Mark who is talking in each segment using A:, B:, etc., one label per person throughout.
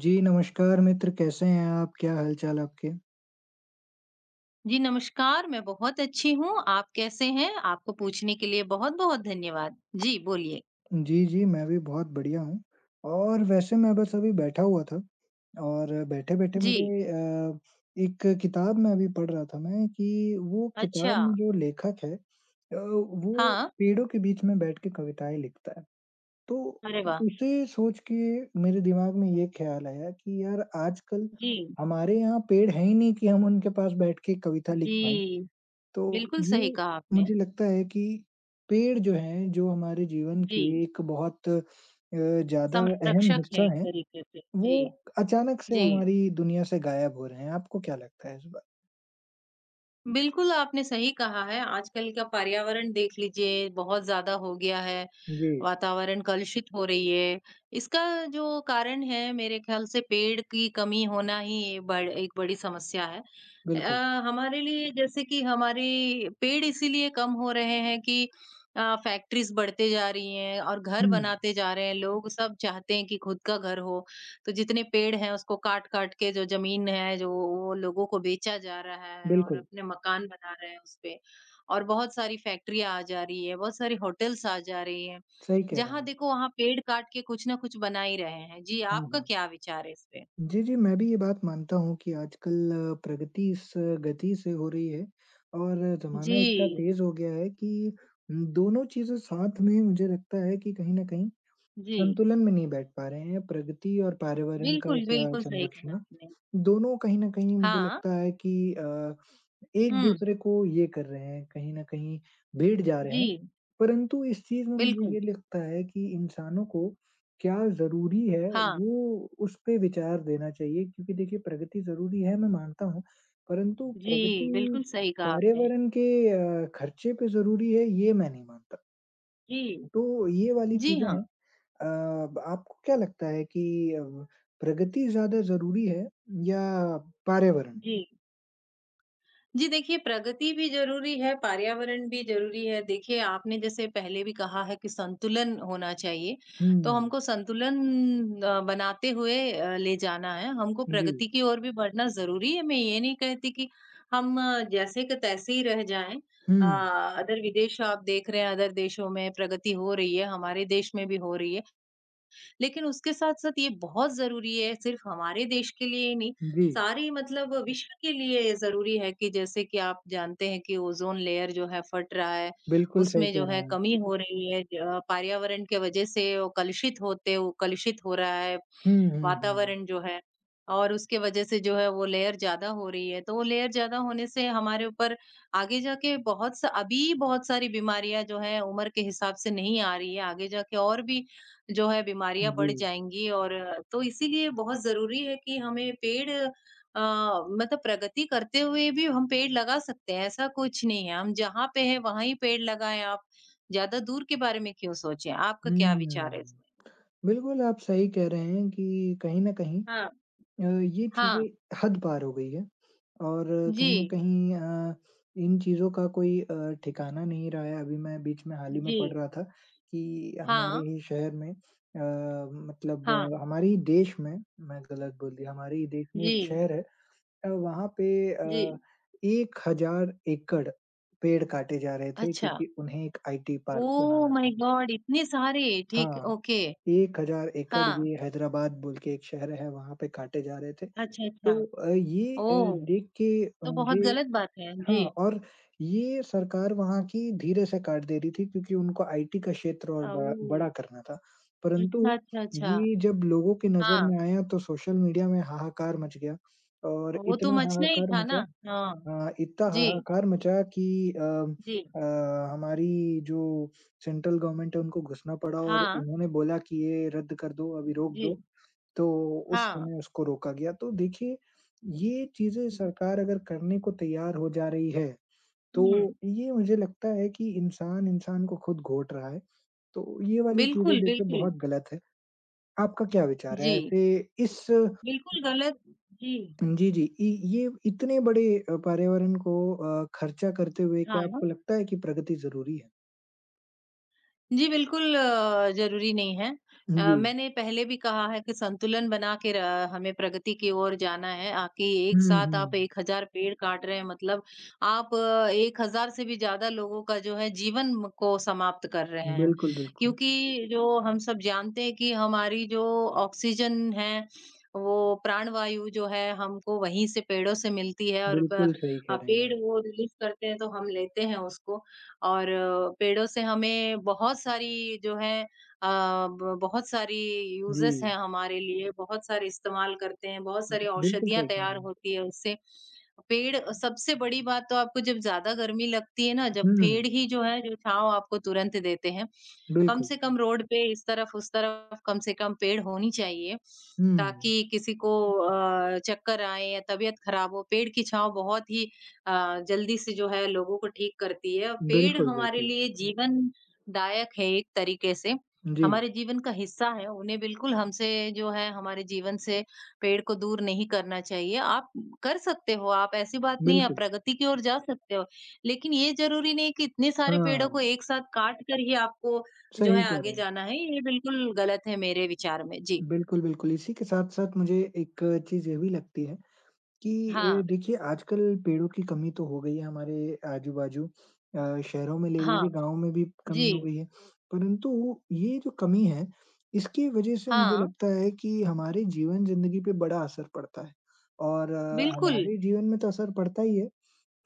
A: जी, नमस्कार मित्र, कैसे हैं आप? क्या हाल-चाल आपके?
B: जी, नमस्कार। मैं बहुत अच्छी हूँ, आप कैसे हैं? आपको पूछने के लिए बहुत-बहुत धन्यवाद। जी, बोलिए।
A: जी, जी, मैं भी बहुत बढ़िया हूँ और वैसे मैं बस अभी बैठा हुआ था और बैठे-बैठे
B: जी,
A: मेरे एक किताब में अभी पढ़ रहा था मैं कि वो
B: अच्छा।
A: किताब में जो लेखक है वो
B: हाँ,
A: पेड़ों के बीच में बैठ के कविताएँ लिखता है। तो
B: अरे
A: उ
B: वाह!
A: उसे सोच के मेरे दिमाग में ये ख़्याल आया कि यार आजकल
B: जी,
A: हमारे यहाँ पेड़ हैं ही नहीं कि हम उनके पास बैठ के कविता लिख पाएँ।
B: जी,
A: तो
B: बिल्कुल
A: ये
B: सही कहा आपने।
A: मुझे लगता है कि पेड़ जो हैं, जो हमारे जीवन के
B: जी,
A: एक बहुत ज़्यादा अहम
B: संरक्षक हैं
A: हिस्सा
B: एक
A: हैं,
B: तरीके से।
A: वो
B: जी,
A: अचानक से
B: जी।
A: हमारी दुनिया से गायब हो रहे हैं। आपको क्या लगता है इस बार?
B: बिल्कुल, आपने सही कहा है। आजकल का पर्यावरण देख लीजिए, बहुत ज़्यादा हो गया है,
A: जी,
B: वातावरण कलुषित हो रही है। इसका जो कारण है, मेरे ख़्याल से पेड़ की कमी होना ही बड़ एक बड़ी समस्या है।
A: बिल्कुल।
B: हमारे लिए जैसे कि हमारे पेड़ इसीलिए कम हो रहे हैं कि फैक्ट्रीज़ बढ़ते जा रही हैं और घर
A: हुँ,
B: बनाते जा रहे हैं। लोग सब चाहते हैं कि खुद का घर हो। तो जितने पेड़ हैं उसको काट-काट के जो ज़मीन है जो वो लोगों को बेचा जा रहा है और
A: बिल्कुल,
B: अपने मकान बना रहे हैं उसपे। और बहुत सारी फैक्ट्रियाँ आ जा रही है, बहुत सारे होटल्स आ जा रही हैं।
A: सही कह रहे
B: जहाँ
A: हैं।
B: देखो वहाँ पेड़ काट के कुछ ना कुछ बना ही रहे हैं। जी,
A: हाँ,
B: आपका
A: हाँ।
B: क्या विचार है इस पे?
A: जी, जी, मैं भी ये बात मानता हूँ कि आजकल प्रगति इस गति से हो रही है और ज़माना इतना
B: जी,
A: तेज़ हो गया है कि दोनों चीज़ें साथ में मुझे लगता है कि कहीं न कहीं
B: जी।
A: संतुलन में नहीं बैठ पा रहे हैं, प्रगति और पर्यावरण का
B: बिल्कुल,
A: स
B: बिल्कुल सही कहा
A: संरक्षण,
B: आपने।
A: दोनों कहीं न कहीं मुझे
B: हाँ।
A: लगता है कि
B: हुँ।
A: एक-दूसरे को ये कर रहे हैं, कहीं न कहीं भिड़ जा रहे हैं।
B: जी,
A: परंतु इस चीज़ में मुझे
B: बिल्कुल।
A: ये लगता है कि इंसानों को क्या ज़रूरी है,
B: हाँ।
A: वो उस पे विचार देना चाहिए क्योंकि देखिए प्रगति ज़रूरी है, मैं मानता हूँ, परंतु
B: जी,
A: प्रगति
B: बिल्कुल सही कहा आपने।
A: पर्यावरण के खर्चे पे ज़रूरी है, ये मैं नहीं मानता।
B: जी।
A: तो ये वाली
B: जी
A: चीज़ें
B: हाँ।
A: हैं अ, ब आपको क्या लगता है कि अ, प्रगति ज़्यादा ज़रूरी है या पर्यावरण?
B: जी। जी देखिए, प्रगति भी ज़रूरी है, पर्यावरण भी ज़रूरी है। देखिए, आपने जैसे पहले भी कहा है कि संतुलन होना चाहिए, तो
A: हुँ,
B: हमको संतुलन बनाते हुए ले जाना है। हमको
A: जी।
B: प्रगति की ओर भी बढ़ना ज़रूरी है। मैं ये नहीं कहती कि हम जैसे के तैसे ही रह जाएँ।
A: हुँ,
B: अ, अदर विदेश आप देख रहे हैं, अदर देशों में प्रगति हो रही है, हमारे देश में भी हो रही है। लेकिन उसके साथ-साथ ये बहुत ज़रूरी है सिर्फ़ हमारे देश के लिए ही नहीं,
A: जी,
B: सारी मतलब विश्व के लिए ज़रूरी है कि जैसे कि आप जानते हैं कि ओज़ोन लेयर जो है फट रहा है,
A: बिल्कुल सही
B: उसमें जो
A: कह रहे
B: है
A: हैं आप।
B: कमी हो रही है, पर्यावरण के वजह से वो कलुषित हो रहा है
A: हुँ, हुँ, हुँ।
B: वातावरण जो है। और उसके वजह से जो है वो लेयर ज्यादा हो रही है, तो वो लेयर ज्यादा होने से हमारे ऊपर आगे जाके बहुत सा अभी बहुत सारी बीमारियां जो है उम्र के हिसाब से नहीं आ रही है। आगे जाके और भी जो है बीमारियां
A: जी।
B: बढ़ जाएंगी। और तो इसीलिए बहुत जरूरी है कि हमें पेड़ मतलब प्रगति करते हुए भी हम पेड़ लगा सकते हैं। ऐसा कुछ नहीं है, हम जहाँ पे है वहां ही पेड़ लगाएं। आप ज्यादा दूर के बारे में क्यों सोचें? आपका क्या
A: हुँ,
B: विचार है इसमें?
A: बिल्कुल आप सही कह रहे हैं कि कहीं न कहीं
B: हाँ,
A: ये
B: हाँ,
A: चीज़ें हद पार हो गई है और
B: जी,
A: कहीं न कहीं इन चीज़ों का कोई ठिकाना नहीं रहा है। अभी मैं बीच में हाल ही में
B: जी,
A: पढ़ रहा था कि हमारे
B: हाँ,
A: ही शहर में मतलब
B: हाँ,
A: हमारे ही देश में, मैं गलत बोल दिया, हमारे ही देश में एक
B: जी,
A: शहर है वहाँ पे अ,
B: जी,
A: 1000 एकड़ पेड़ काटे जा रहे थे
B: अच्छा,
A: क्योंकि उन्हें एक आईटी पार्क
B: ओह
A: बनाना
B: माय
A: था।
B: गॉड! इतने सारे, ठीक,
A: हाँ,
B: ओके,
A: 1000 एकड़
B: हाँ,
A: ये हैदराबाद बोल के एक शहर है, वहाँ पे काटे जा रहे थे।
B: अच्छा, अच्छा,
A: तो ये
B: ओह!
A: देख के
B: तो बहुत
A: मुझे
B: गलत बात है, जी,
A: हाँ और ये सरकार वहाँ की धीरे से काट दे रही थी क्योंकि उनको आईटी का क्षेत्र और बड़ा बड़ा
B: ओह!
A: करना था। परंतु
B: अच्छा, अच्छा, अच्छा,
A: ये जब लोगों की नज़र
B: हाँ,
A: में आया तो सोशल मीडिया में हाहाकार मच गया और
B: वो तो
A: इतना
B: मचना ही
A: हाहाकार
B: था ना,
A: मचा
B: हाँ,
A: इतना
B: जी,
A: हाहाकार मचा कि अ
B: जी,
A: अ, हमारी जो सेंट्रल गवर्नमेंट है उनको घुसना पड़ा और
B: हाँ,
A: उन्होंने बोला कि ये रद्द कर दो, अभी रोक दो।
B: जी,
A: तो उस
B: हाँ,
A: समय उसको रोका गया। तो देखिए, ये चीज़ें
B: हुँ,
A: सरकार अगर करने को तैयार हो जा रही है,
B: हुँ,
A: तो ये मुझे लगता है कि इंसान इंसान को खुद घोट रहा है। तो ये वाली चीज़ें
B: बिल्कुल,
A: देखिए
B: बिल्कुल,
A: बहुत गलत है। आपका क्या विचार है
B: जी,
A: ऐसे इस
B: बिल्कुल गलत। जी,
A: जी, जी। इ ये इतने बड़े पर्यावरण को खर्चा करते हुए क्या
B: हाँ।
A: आपको लगता है कि प्रगति ज़रूरी है?
B: जी, बिल्कुल ज़रूरी नहीं है।
A: जी।
B: मैंने पहले भी कहा है कि संतुलन बना के र हमें प्रगति की ओर जाना है। आकि एक
A: हुँ,
B: साथ आप
A: हुँ।
B: 1,000 पेड़ काट रहे हैं मतलब आप 1,000 से भी ज़्यादा लोगों का जो है जीवन को समाप्त कर रहे हैं।
A: बिल्कुल, बिल्कुल।
B: क्योंकि जो हम सब जानते हैं कि हमारी जो ऑक्सीजन है, वो प्राणवायु जो है हमको वहीं से पेड़ों से मिलती है। और
A: बिल्कुल सही कह रहे हैं
B: पेड़
A: आप।
B: वो रिलीज़ करते हैं, तो हम लेते हैं उसको। और पेड़ों से हमें बहुत सारी जो है अ, ब बहुत सारी
A: जी।
B: यूज़ेस हैं हमारे लिए, बहुत सारे इस्तेमाल करते हैं, बहुत सारी
A: अ, बिल्कुल
B: औषधियाँ
A: सही कह रहे
B: तैयार
A: हैं।
B: होती है उससे। पेड़ सबसे बड़ी बात तो, आपको जब ज़्यादा गर्मी लगती है ना, जब
A: हुँ,
B: पेड़ ही जो है जो छाँव आपको तुरंत देते हैं। कम
A: बिल्कुल।
B: से कम रोड पे इस तरफ उस तरफ कम से कम पेड़ होनी चाहिए,
A: हुँ।
B: ताकि किसी को चक्कर आए या तबीयत खराब हो। पेड़ की छाँव बहुत ही जल्दी से जो है लोगों को ठीक करती है, और पेड़
A: बिल्कुल,
B: हमारे
A: बिल्कुल।
B: लिए जीवनदायक है एक तरीके से।
A: जी,
B: हमारे जीवन का हिस्सा है, उन्हें बिल्कुल हमसे जो है हमारे जीवन से पेड़ को दूर नहीं करना चाहिए। आप कर सकते हो, आप ऐसी बात नहीं है, आप
A: बिल्कुल।
B: प्रगति की ओर जा सकते हो। लेकिन ये ज़रूरी नहीं कि इतने सारे पेड़ों
A: हाँ,
B: को एक साथ काट कर ही आपको जो
A: सही
B: है
A: कह
B: आगे
A: रहे हैं।
B: जाना है, ये बिल्कुल गलत है मेरे विचार में। जी।
A: बिल्कुल, बिल्कुल। इसी के साथ-साथ मुझे एक चीज़ ये भी लगती है कि
B: हाँ,
A: देखिए आजकल पेड़ों की कमी तो हो गई है हमारे आजू-बाजू। शहरों में ले
B: हाँ,
A: लीजिए, गाँव में भी कमी हो
B: जी,
A: गई है। परंतु ये जो कमी है, इसकी वजह से मुझे
B: हाँ,
A: लगता है कि हमारे जीवन ज़िंदगी पे बड़ा असर पड़ता है। और
B: बिल्कुल।
A: हमारे जीवन में तो असर पड़ता ही है।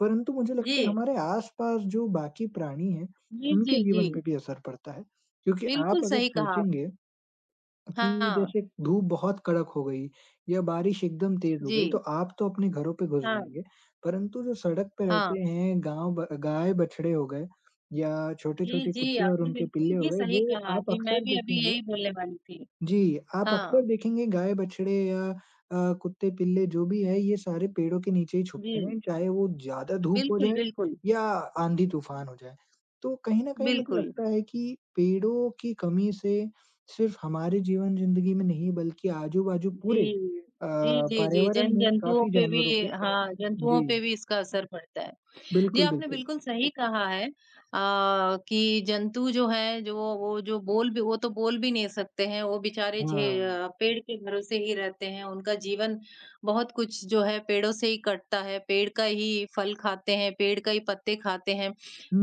A: परंतु मुझे लगता है
B: जी,
A: हमारे आस-पास जो बाकी प्राणी हैं,
B: जी, जी,
A: उनके
B: जी।
A: जीवन पे भी असर पड़ता है। क्योंकि
B: बिल्कुल
A: आप अगर
B: सही कहा आप।
A: सोचेंगे कि
B: हाँ,
A: जैसे धूप बहुत कड़क हो गई या बारिश एकदम तेज़ हो गई, तो
B: जी,
A: आप तो अपने घरों पे घुस
B: हाँ,
A: जाएँगे, परंतु जो सड़क पे
B: हाँ।
A: रहते हैं, गाँव ब गाय-बछड़े हो गए या
B: जी,
A: छोटे-छोटे
B: जी,
A: कुत्ते और
B: आपने
A: उनके
B: बिल्कुल
A: पिल्ले हो
B: ही
A: गए,
B: सही
A: वो
B: कहा।
A: आप
B: जी, मैं
A: अक्सर
B: भी अभी
A: देखेंगे
B: यही बोलने वाली थी।
A: जी, आप अक्सर
B: हाँ,
A: देखेंगे गाय-बछड़े या कुत्ते-पिल्ले जो भी है ये सारे पेड़ों के नीचे ही छुपते
B: जी,
A: हैं, चाहे वो ज़्यादा धूप हो
B: बिल्कुल,
A: जाए
B: बिल्कुल,
A: या आंधी-तूफान हो जाए। तो कहीं न कहीं मुझे
B: बिल्कुल।
A: लगता है कि पेड़ों की कमी से सिर्फ़ हमारे जीवन ज़िंदगी में नहीं बल्कि आजू-बाजू
B: जी,
A: पूरे अ,
B: जी, जी, जी,
A: पर्यावरण
B: जन
A: में
B: जंतुओं
A: काफ़ी
B: पे भी
A: जानवरों के
B: हाँ, जंतुओं
A: जी,
B: पे भी इसका असर पड़ता है। जी,
A: बिल्कुल,
B: आपने
A: बिल्कुल।
B: बिल्कुल सही कहा है। कि जंतु जो हैं जो वो जो बोल भी वो तो बोल भी नहीं सकते हैं, वो बेचारे
A: हाँ।
B: पेड़ के भरोसे ही रहते हैं, उनका जीवन बहुत कुछ जो है पेड़ों से ही कटता है, पेड़ का ही फल खाते हैं, पेड़ का ही पत्ते खाते हैं,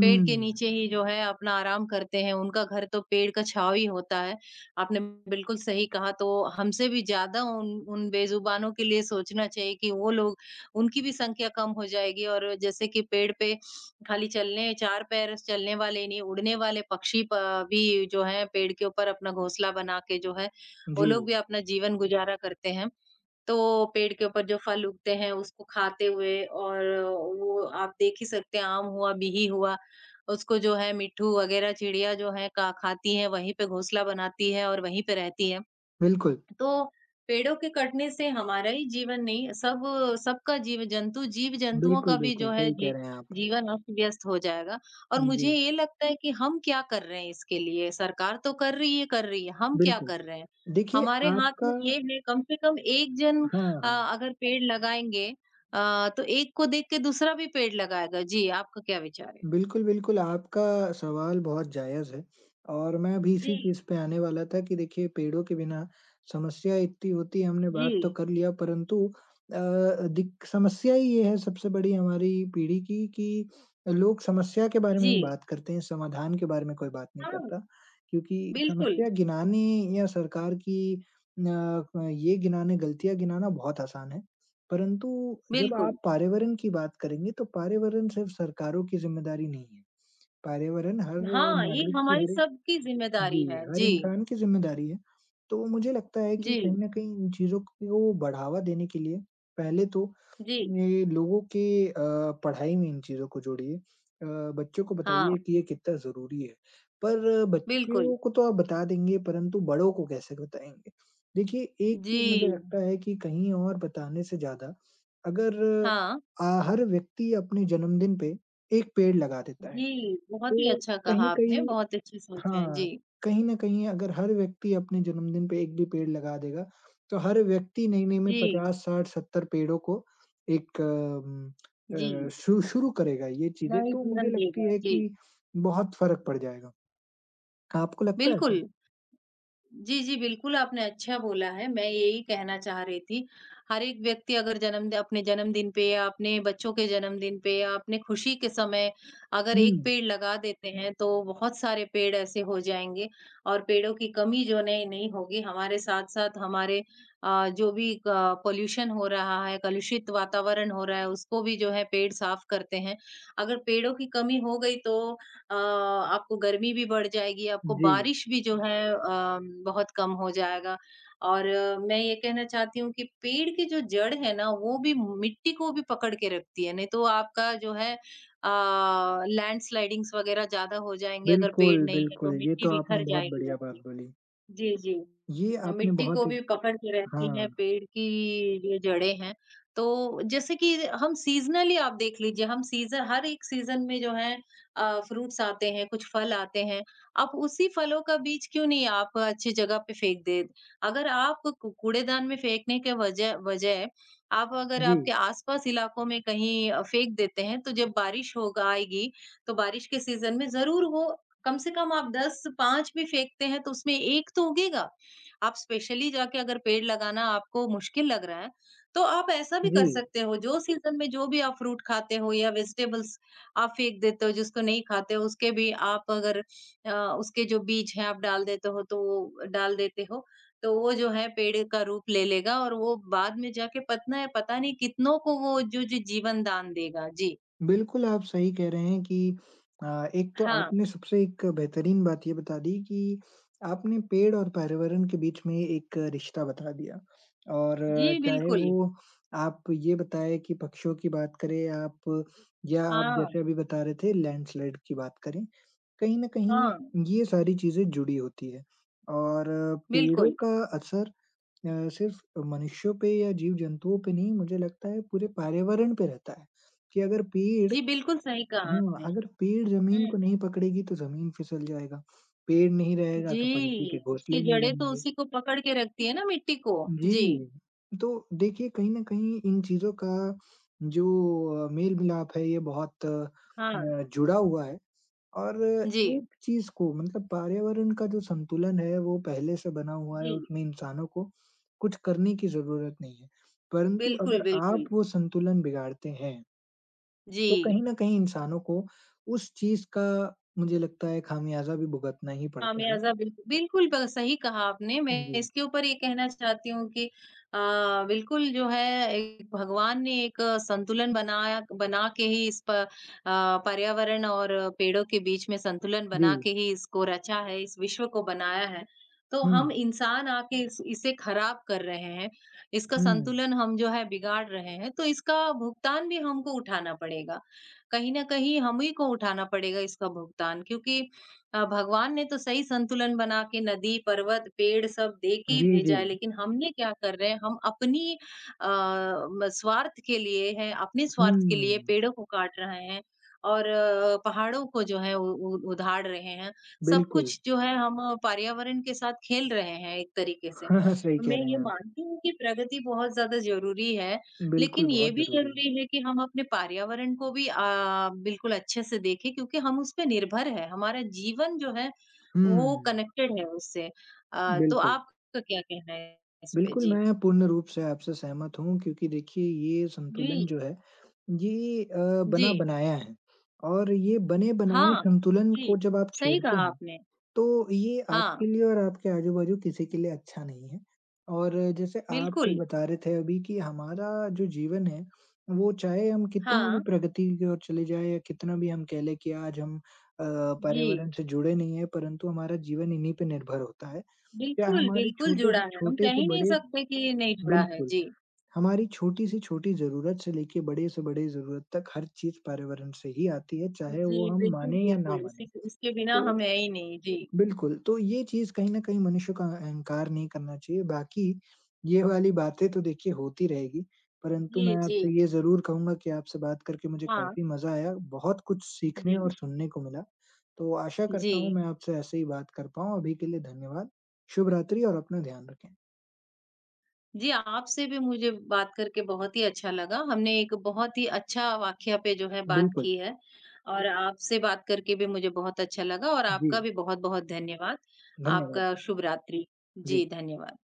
B: पेड़ के नीचे ही जो है अपना आराम करते हैं, उनका घर तो पेड़ का छाँव ही होता है। आपने बिल्कुल सही कहा, तो हमसे भी ज़्यादा उन उन बेज़ुबानों के लिए सोचना चाहिए कि वो लोग, उनकी भी संख्या कम हो जाएगी। और जैसे कि पेड़ पे खाली चलने 4 पैर चलने वाले नहीं, उड़ने वाले पक्षी प भी जो हैं पेड़ के ऊपर अपना घोंसला बना के जो है, वो
A: जी,
B: लोग भी अपना जीवन गुज़ारा करते हैं। तो पेड़ के ऊपर जो फल उगते हैं उसको खाते हुए, और वो आप देख ही सकते हैं, आम हुआ, बिही हुआ, उसको जो है मिट्ठू वगैरह चिड़िया जो है का खाती है, वहीं पे घोंसला बनाती है और वहीं पे रहती है।
A: बिल्कुल।
B: तो पेड़ों के कटने से हमारा ही जीवन नहीं, सब सबका जीव जंतुओं का
A: बिल्कुल,
B: भी जो
A: बिल्कुल,
B: है
A: सही
B: जी,
A: कह रहे हैं आप।
B: जीवन अस्त व्यस्त हो जाएगा। और
A: जी,
B: मुझे ये लगता है कि हम क्या कर रहे हैं इसके लिए? सरकार तो कर रही है कर रही है, हम क्या
A: बिल्कुल।
B: कर रहे हैं?
A: देखिए
B: हमारे हाथ में
A: आपका
B: ये है, कम से कम
A: हाँ, हाँ।
B: अगर पेड़ लगाएंगे तो एक को देख के दूसरा भी पेड़ लगाएगा। जी, आपका क्या विचार है?
A: बिल्कुल, बिल्कुल, आपका सवाल बहुत जायज़ है और मैं अभी
B: जी,
A: इसी चीज़ पे आने वाला था कि देखिए पेड़ों के बिना समस्या इतनी होती है, हमने
B: जी,
A: बात तो कर लिया परंतु अ, दिक समस्या ही ये है सबसे बड़ी हमारी पीढ़ी की कि लोग समस्या के बारे में
B: जी,
A: ही बात करते हैं, समाधान के बारे में कोई बात नहीं
B: हाँ,
A: करता। क्योंकि
B: बिल्कुल,
A: समस्या गिनाने या सरकार की ये गिनाने गलतियाँ गिनाना बहुत आसान है। परंतु जब
B: बिल्कुल,
A: आप पर्यावरण की बात करेंगे तो पर्यावरण सिर्फ़ सरकारों की ज़िम्मेदारी नहीं है। पर्यावरण हर
B: हाँ, ये
A: नागरिक की,
B: हमारी
A: हर एक
B: सबकी
A: जी,
B: ज़िम्मेदारी है।
A: हर
B: जी,
A: इंसान की ज़िम्मेदारी है। तो मुझे लगता है कि
B: जी,
A: कहीं न कहीं इन चीज़ों को बढ़ावा देने के लिए पहले तो
B: जी।
A: ये लोगों के अ, पढ़ाई में इन चीज़ों को जोड़िए। बच्चों को
B: हाँ,
A: बताइए कि ये कितना ज़रूरी है। पर
B: बिल्कुल।
A: बच्चों को तो आप बता देंगे परंतु बड़ों को कैसे बताएँगे? देखिए एक
B: जी,
A: चीज़ मुझे लगता है कि कहीं और बताने से ज़्यादा अगर
B: हाँ।
A: हर व्यक्ति अपने जन्मदिन पे 1 पेड़ लगा देता है,
B: जी, बहुत ही
A: तो
B: अच्छा कहा आपने,
A: कहीं-कहीं
B: बहुत अच्छी सोच है। जी,
A: हाँ, कहीं न कहीं अगर हर व्यक्ति अपने जन्मदिन पे 1 भी पेड़ लगा देगा, तो हर व्यक्ति नए-नए में
B: जी,
A: 50, 60, 70 पेड़ों को एक अम,
B: जी।
A: अ, शु शुरू करेगा ये चीज़ें,
B: नए
A: तो
B: जीवन
A: मुझे लगती
B: देगा।
A: है
B: जी,
A: कि बहुत फ़र्क पड़ जाएगा। आपको लगता है ऐसा?
B: बिल्कुल। जी, जी, बिल्कुल आपने अच्छा बोला है, मैं यही कहना चाह रही थी। हर एक व्यक्ति अगर जन्म द अपने जन्मदिन पे या अपने बच्चों के जन्मदिन पे या अपने खुशी के समय अगर
A: हुँ,
B: 1 पेड़ लगा देते हैं, तो बहुत सारे पेड़ ऐसे हो जाएँगे, और पेड़ों की कमी जो नहीं नहीं होगी। हमारे साथ-साथ हमारे जो भी पॉल्यूशन हो रहा है, कलुषित वातावरण हो रहा है, उसको भी जो है पेड़ साफ करते हैं। अगर पेड़ों की कमी हो गई तो आपको गर्मी भी बढ़ जाएगी, आपको
A: जी।
B: बारिश भी जो है बहुत कम हो जाएगा। और मैं ये कहना चाहती हूँ कि पेड़ की जो जड़ है ना, वो भी मिट्टी को भी पकड़ के रखती है, नहीं तो आपका जो है लैंडस्लाइडिंग्स वगैरह ज़्यादा हो जाएँगे। अगर पेड़
A: बिल्कुल,
B: नहीं है, तो
A: बिल्कुल, ये
B: मिट्टी
A: तो आपने
B: बिखर
A: बहुत
B: जाएगी
A: बढ़िया
B: आपकी।
A: बात बोली।
B: जी, जी।
A: ये आपने
B: मिट्टी को
A: बहुत
B: भी
A: एक
B: पकड़ के रखती
A: हाँ,
B: हैं, पेड़ की ये जड़ें हैं। तो जैसे कि हम सीज़नली आप देख लीजिए, हम सीज़न हर एक सीज़न में जो है फ्रूट्स आते हैं, कुछ फल आते हैं। आप उसी फलों का बीज क्यों नहीं आप अच्छी जगह पे फेंक दें? अगर आप कू कूड़ेदान में फेंकने के वजह बजाय, आप अगर
A: जी,
B: आपके आस-पास इलाकों में कहीं फेंक देते हैं, तो जब बारिश होगा आएगी, तो बारिश के सीज़न में ज़रूर वो, कम से कम आप 10 5 भी फेंकते हैं तो उसमें 1 तो उगेगा। आप स्पेशली जाके अगर पेड़ लगाना आपको मुश्किल लग रहा है, तो आप ऐसा भी
A: जी।
B: कर सकते हो, जो सीज़न में जो भी आप फ्रूट खाते हो या वेजिटेबल्स आप फेंक देते हो, जिसको नहीं खाते हो, उसके भी आप अगर उसके जो बीज हैं आप डाल देते हो तो वो डाल देते हो, तो वो जो है पेड़ का रूप ले लेगा, और वो बाद में जाके पतना है पता नहीं कितनों को वो जो जो जीवन दान देगा। जी।
A: बिल्कुल, आप सही कह रहे हैं कि अ, एक तो
B: हाँ।
A: आपने सबसे एक बेहतरीन बात ये बता दी कि आपने पेड़ और पर्यावरण के बीच में एक रिश्ता बता दिया और
B: जी,
A: चाहे
B: बिल्कुल।
A: वो आप ये बताएँ कि पक्षियों की बात करें आप या आप
B: हाँ,
A: जैसे अभी बता रहे थे लैंडस्लाइड की बात करें, कहीं न कहीं
B: हाँ,
A: ये सारी चीज़ें जुड़ी होती है और पेड़ों
B: बिल्कुल।
A: का असर सिर्फ़ मनुष्यों पे या जीव-जंतुओं पे नहीं मुझे लगता है पूरे पर्यावरण पे रहता है, कि अगर पेड़
B: जी, बिल्कुल सही कहा
A: हाँ,
B: आपने।
A: अगर पेड़ ज़मीन
B: हुँ,
A: को नहीं पकड़ेगी तो ज़मीन फिसल जाएगा, पेड़ नहीं रहेगा तो पंछी
B: जी,
A: के घोंसले
B: उसकी
A: नहीं
B: जड़ें तो
A: बनेंगे।
B: उसी को पकड़ के रखती है ना मिट्टी को। जी,
A: जी, तो देखिए कहीं न कहीं इन चीज़ों का जो मेल-मिलाप है ये बहुत
B: हाँ,
A: जुड़ा हुआ है और
B: जी,
A: एक चीज़ को मतलब पर्यावरण का जो संतुलन है वो पहले से बना हुआ है,
B: जी,
A: उसमें इंसानों को कुछ करने की ज़रूरत नहीं है। परंतु
B: बिल्कुल,
A: अगर आप
B: बिल्कुल।
A: वो संतुलन बिगाड़ते हैं तो
B: जी।
A: कहीं न कहीं इंसानों को उस चीज़ का मुझे लगता है खामियाज़ा भी भुगतना ही पड़ता है।
B: खामियाज़ा बिल्कुल, बिल्कुल ब सही कहा आपने। मैं
A: जी,
B: इसके ऊपर ये कहना चाहती हूँ कि अ, बिल्कुल जो है एक भगवान ने एक संतुलन बना के ही पर्यावरण और पेड़ों के बीच में संतुलन
A: जी।
B: बना के ही इसको रचा है, इस विश्व को बनाया है। तो
A: हुँ,
B: हम इंसान आके इस इसे खराब कर रहे हैं, इसका
A: हुँ।
B: संतुलन हम जो है बिगाड़ रहे हैं, तो इसका भुगतान भी हमको उठाना पड़ेगा। कहीं न कहीं हम ही को उठाना पड़ेगा इसका भुगतान, क्योंकि भगवान ने तो सही संतुलन बना के नदी, पर्वत, पेड़ सब दे के ही
A: जी, जी।
B: भेजा है, लेकिन हमने क्या कर रहे हैं, हम अपनी अ, म स्वार्थ के लिए हैं, अपने
A: हुँ,
B: स्वार्थ के लिए पेड़ों को काट रहे हैं, और पहाड़ों को जो है उ उ उधाड़ रहे हैं। सब
A: बिल्कुल।
B: कुछ जो है हम पर्यावरण के साथ खेल रहे हैं एक तरीके से।
A: सही
B: मैं
A: कह रहे
B: ये
A: हैं आप।
B: मानती हूँ कि प्रगति बहुत ज़्यादा ज़रूरी है,
A: बिल्कुल,
B: लेकिन ये
A: बहुत
B: भी
A: ज़रूरी है।
B: ज़रूरी है कि हम अपने पर्यावरण को भी बिल्कुल अच्छे से देखें, क्योंकि हम उस पे निर्भर हैं, हमारा जीवन जो है
A: हुँ,
B: वो कनेक्टेड है उससे। तो
A: बिल्कुल।
B: आपका क्या कहना है इस पे?
A: बिल्कुल,
B: जी।
A: मैं पूर्ण रूप से आपसे सहमत हूँ क्योंकि देखिए ये संतुलन जो
B: जी,
A: है, ये
B: जी।
A: बना-बनाया है और ये बने-बनाए
B: हाँ,
A: संतुलन
B: जी,
A: को जब आप
B: सही
A: छेड़ते
B: कहा
A: हैं
B: आपने।
A: तो ये
B: हाँ,
A: आपके लिए और आपके आजू-बाजू किसी के लिए अच्छा नहीं है। और जैसे आप
B: बिल्कुल।
A: बता रहे थे अभी कि हमारा जो जीवन है, वो चाहे हम कितनी भी
B: हाँ,
A: प्रगति की ओर चले जाएँ या कितना भी हम कह लें कि आज हम अ,
B: जी।
A: पर्यावरण से जुड़े नहीं हैं, परंतु हमारा जीवन इन्हीं पे निर्भर होता है। या
B: बिल्कुल,
A: हमारे
B: बिल्कुल जुड़ा है, हम
A: छोटे
B: कह
A: से
B: ही नहीं
A: बड़े
B: सकते कि ये नहीं जुड़ा है।
A: बिल्कुल,
B: जी।
A: हमारी छोटी से छोटी ज़रूरत से लेके बड़े से बड़े ज़रूरत तक हर चीज़ पर्यावरण से ही आती है, चाहे
B: जी,
A: वो हम
B: बिल्कुल,
A: माने या ना
B: बिल्कुल,
A: माने।
B: इसी इसके बिना
A: तो
B: हम है ही नहीं। जी।
A: बिल्कुल, तो ये चीज़ कहीं न कहीं मनुष्य का अहंकार नहीं करना चाहिए, बाकी ये वाली बातें तो देखिए होती रहेगी, परंतु
B: जी,
A: मैं
B: जी।
A: आपसे ये ज़रूर कहूँगा कि आपसे बात करके मुझे
B: हाँ,
A: काफ़ी मज़ा आया, बहुत कुछ
B: जी।
A: सीखने और सुनने को मिला। तो आशा
B: जी।
A: करता हूँ मैं आपसे ऐसे ही बात कर पाऊँ, अभी के लिए धन्यवाद। शुभ रात्रि और अपना ध्यान रखें।
B: जी, आपसे भी मुझे बात करके बहुत ही अच्छा लगा। हमने एक बहुत ही अच्छा वाक़या पे जो है बात
A: बिल्कुल,
B: की है, और आपसे बात करके भी मुझे बहुत अच्छा लगा, और
A: जी,
B: आपका भी बहुत-बहुत धन्यवाद।
A: धन्यवाद।
B: आपका शुभ रात्रि। जी,
A: जी।
B: धन्यवाद।